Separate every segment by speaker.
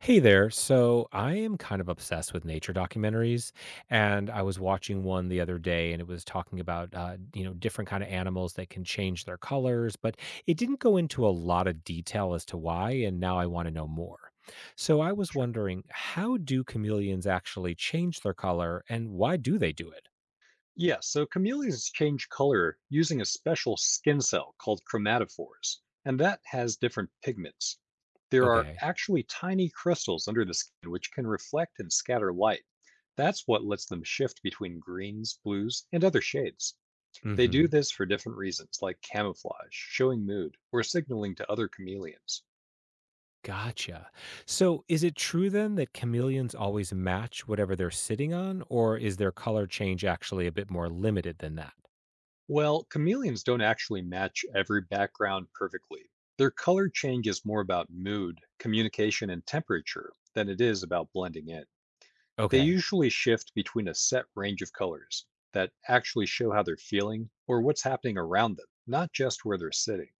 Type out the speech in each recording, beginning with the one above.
Speaker 1: Hey there. So I am kind of obsessed with nature documentaries, and I was watching one the other day, and it was talking about different kind of animals that can change their colors, but it didn't go into a lot of detail as to why. And now I want to know more. So I was
Speaker 2: Sure.
Speaker 1: wondering, how do chameleons actually change their color, and why do they do it?
Speaker 2: Yeah, so chameleons change color using a special skin cell called chromatophores, and that has different pigments. There are
Speaker 1: Okay.
Speaker 2: actually tiny crystals under the skin which can reflect and scatter light. That's what lets them shift between greens, blues, and other shades. They do
Speaker 1: Hmm.
Speaker 2: this for different reasons, like camouflage, showing mood, or signaling to other chameleons.
Speaker 1: Gotcha. So is it true then that chameleons always match whatever they're sitting on, or is their color change actually a bit more limited than that?
Speaker 2: Well, chameleons don't actually match every background perfectly. Their color change is more about mood, communication, and temperature than it is about blending in. They
Speaker 1: Okay.
Speaker 2: usually shift between a set range of colors that actually show how they're feeling or what's happening around them, not just where they're sitting.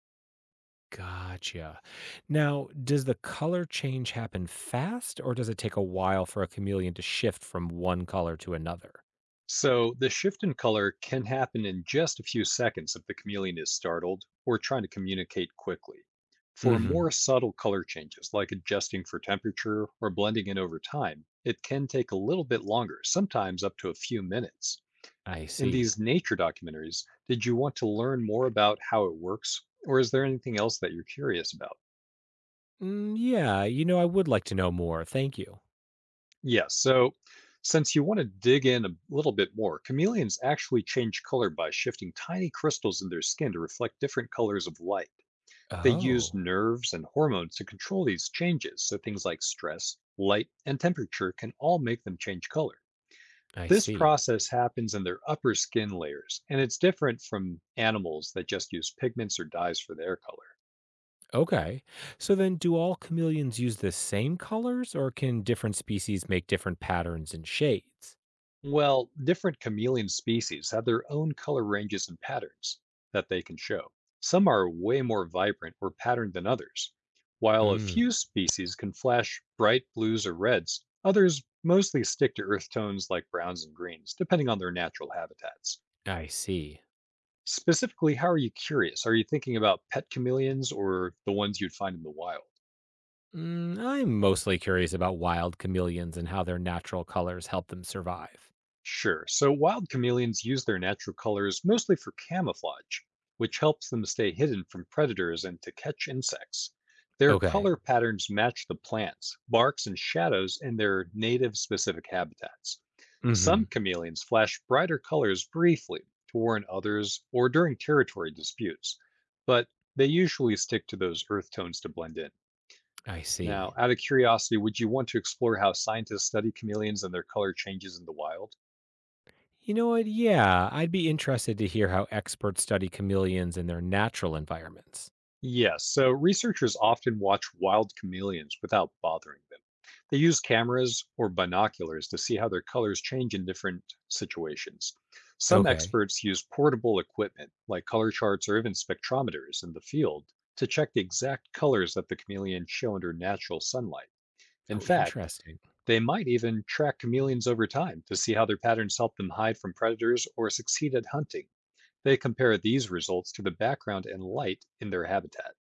Speaker 1: Gotcha. Now, does the color change happen fast, or does it take a while for a chameleon to shift from one color to another?
Speaker 2: So the shift in color can happen in just a few seconds if the chameleon is startled or trying to communicate quickly. For
Speaker 1: Hmm.
Speaker 2: more subtle color changes, like adjusting for temperature or blending in over time, it can take a little bit longer, sometimes up to a few minutes.
Speaker 1: I
Speaker 2: In
Speaker 1: see.
Speaker 2: these nature documentaries, did you want to learn more about how it works, or is there anything else that you're curious about?
Speaker 1: Mm, yeah, I would like to know more. Thank you.
Speaker 2: Yeah, so since you want to dig in a little bit more, chameleons actually change color by shifting tiny crystals in their skin to reflect different colors of light. They use
Speaker 1: Oh,
Speaker 2: nerves and hormones to control these changes, so things like stress, light, and temperature can all make them change color.
Speaker 1: I
Speaker 2: This
Speaker 1: see.
Speaker 2: process happens in their upper skin layers, and it's different from animals that just use pigments or dyes for their color.
Speaker 1: Okay. So then, do all chameleons use the same colors, or can different species make different patterns and shades?
Speaker 2: Well, different chameleon species have their own color ranges and patterns that they can show. Some are way more vibrant or patterned than others. While a
Speaker 1: Mm,
Speaker 2: few species can flash bright blues or reds, others mostly stick to earth tones like browns and greens, depending on their natural habitats.
Speaker 1: I see.
Speaker 2: Specifically, how are you curious? Are you thinking about pet chameleons or the ones you'd find in the wild?
Speaker 1: Mm, I'm mostly curious about wild chameleons and how their natural colors help them survive.
Speaker 2: Sure. So wild chameleons use their natural colors mostly for camouflage, which helps them stay hidden from predators and to catch insects. Their
Speaker 1: Okay.
Speaker 2: color patterns match the plants, barks, and shadows in their native specific habitats. Some
Speaker 1: Mm-hmm.
Speaker 2: chameleons flash brighter colors briefly to warn others or during territory disputes, but they usually stick to those earth tones to blend in.
Speaker 1: I see.
Speaker 2: Now, out of curiosity, would you want to explore how scientists study chameleons and their color changes in the wild?
Speaker 1: You know what? Yeah, I'd be interested to hear how experts study chameleons in their natural environments.
Speaker 2: Yes, so researchers often watch wild chameleons without bothering them. They use cameras or binoculars to see how their colors change in different situations. Some
Speaker 1: Okay.
Speaker 2: experts use portable equipment, like color charts or even spectrometers in the field, to check the exact colors that the chameleon show under natural sunlight. In
Speaker 1: Oh,
Speaker 2: fact,
Speaker 1: interesting.
Speaker 2: they might even track chameleons over time to see how their patterns help them hide from predators or succeed at hunting. They compare these results to the background and light in their habitat.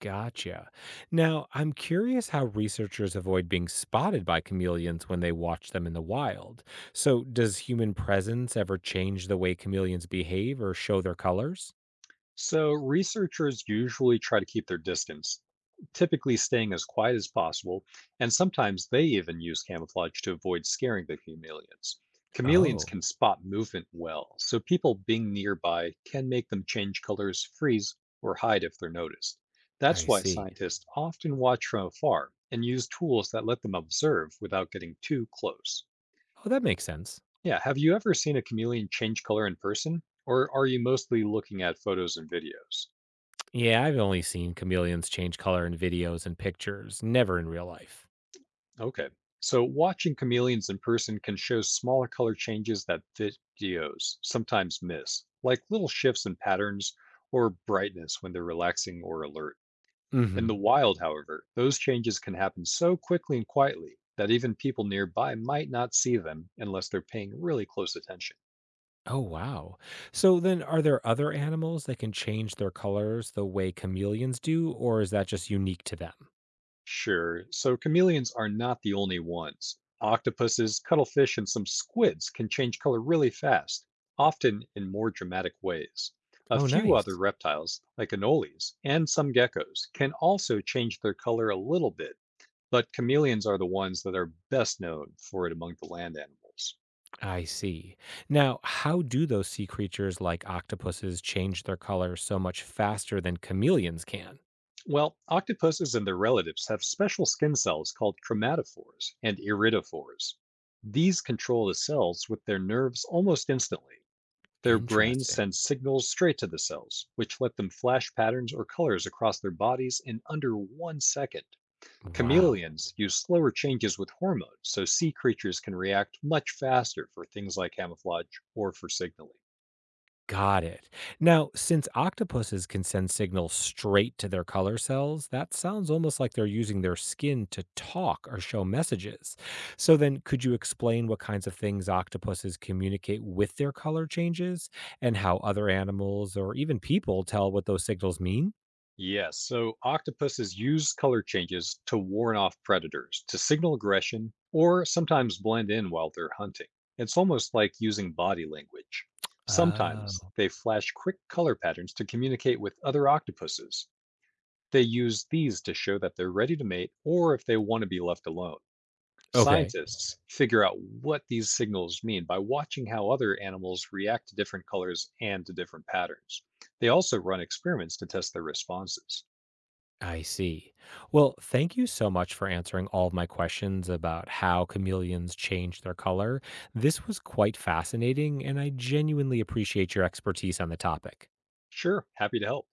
Speaker 1: Gotcha. Now, I'm curious how researchers avoid being spotted by chameleons when they watch them in the wild. So, does human presence ever change the way chameleons behave or show their colors?
Speaker 2: So, researchers usually try to keep their distance, typically staying as quiet as possible, and sometimes they even use camouflage to avoid scaring the chameleons. Chameleons
Speaker 1: Oh,
Speaker 2: can spot movement well, so people being nearby can make them change colors, freeze, or hide if they're noticed. That's
Speaker 1: I
Speaker 2: why
Speaker 1: see.
Speaker 2: scientists often watch from afar and use tools that let them observe without getting too close.
Speaker 1: Oh, that makes sense.
Speaker 2: Yeah, have you ever seen a chameleon change color in person, or are you mostly looking at photos and videos?
Speaker 1: Yeah, I've only seen chameleons change color in videos and pictures, never in real life.
Speaker 2: Okay. So watching chameleons in person can show smaller color changes that videos sometimes miss, like little shifts in patterns or brightness when they're relaxing or alert.
Speaker 1: Mm
Speaker 2: In
Speaker 1: hmm.
Speaker 2: the wild, however, those changes can happen so quickly and quietly that even people nearby might not see them unless they're paying really close attention.
Speaker 1: Oh, wow. So, then are there other animals that can change their colors the way chameleons do, or is that just unique to them?
Speaker 2: Sure. So chameleons are not the only ones. Octopuses, cuttlefish, and some squids can change color really fast, often in more dramatic ways. A
Speaker 1: Oh,
Speaker 2: few
Speaker 1: nice.
Speaker 2: other reptiles, like anoles and some geckos, can also change their color a little bit, but chameleons are the ones that are best known for it among the land animals.
Speaker 1: I see. Now, how do those sea creatures like octopuses change their color so much faster than chameleons can?
Speaker 2: Well, octopuses and their relatives have special skin cells called chromatophores and iridophores. These control the cells with their nerves almost instantly. Their brains
Speaker 1: Interesting.
Speaker 2: send signals straight to the cells, which let them flash patterns or colors across their bodies in under 1 second.
Speaker 1: Wow.
Speaker 2: Chameleons use slower changes with hormones, so sea creatures can react much faster for things like camouflage or for signaling.
Speaker 1: Got it. Now, since octopuses can send signals straight to their color cells, that sounds almost like they're using their skin to talk or show messages. So, then could you explain what kinds of things octopuses communicate with their color changes and how other animals or even people tell what those signals mean?
Speaker 2: Yes, so octopuses use color changes to warn off predators, to signal aggression, or sometimes blend in while they're hunting. It's almost like using body language. Sometimes
Speaker 1: Oh,
Speaker 2: they flash quick color patterns to communicate with other octopuses. They use these to show that they're ready to mate or if they want to be left alone.
Speaker 1: okay.
Speaker 2: Scientists figure out what these signals mean by watching how other animals react to different colors and to different patterns. They also run experiments to test their responses.
Speaker 1: I see. Well, thank you so much for answering all of my questions about how chameleons change their color. This was quite fascinating, and I genuinely appreciate your expertise on the topic.
Speaker 2: Sure, happy to help.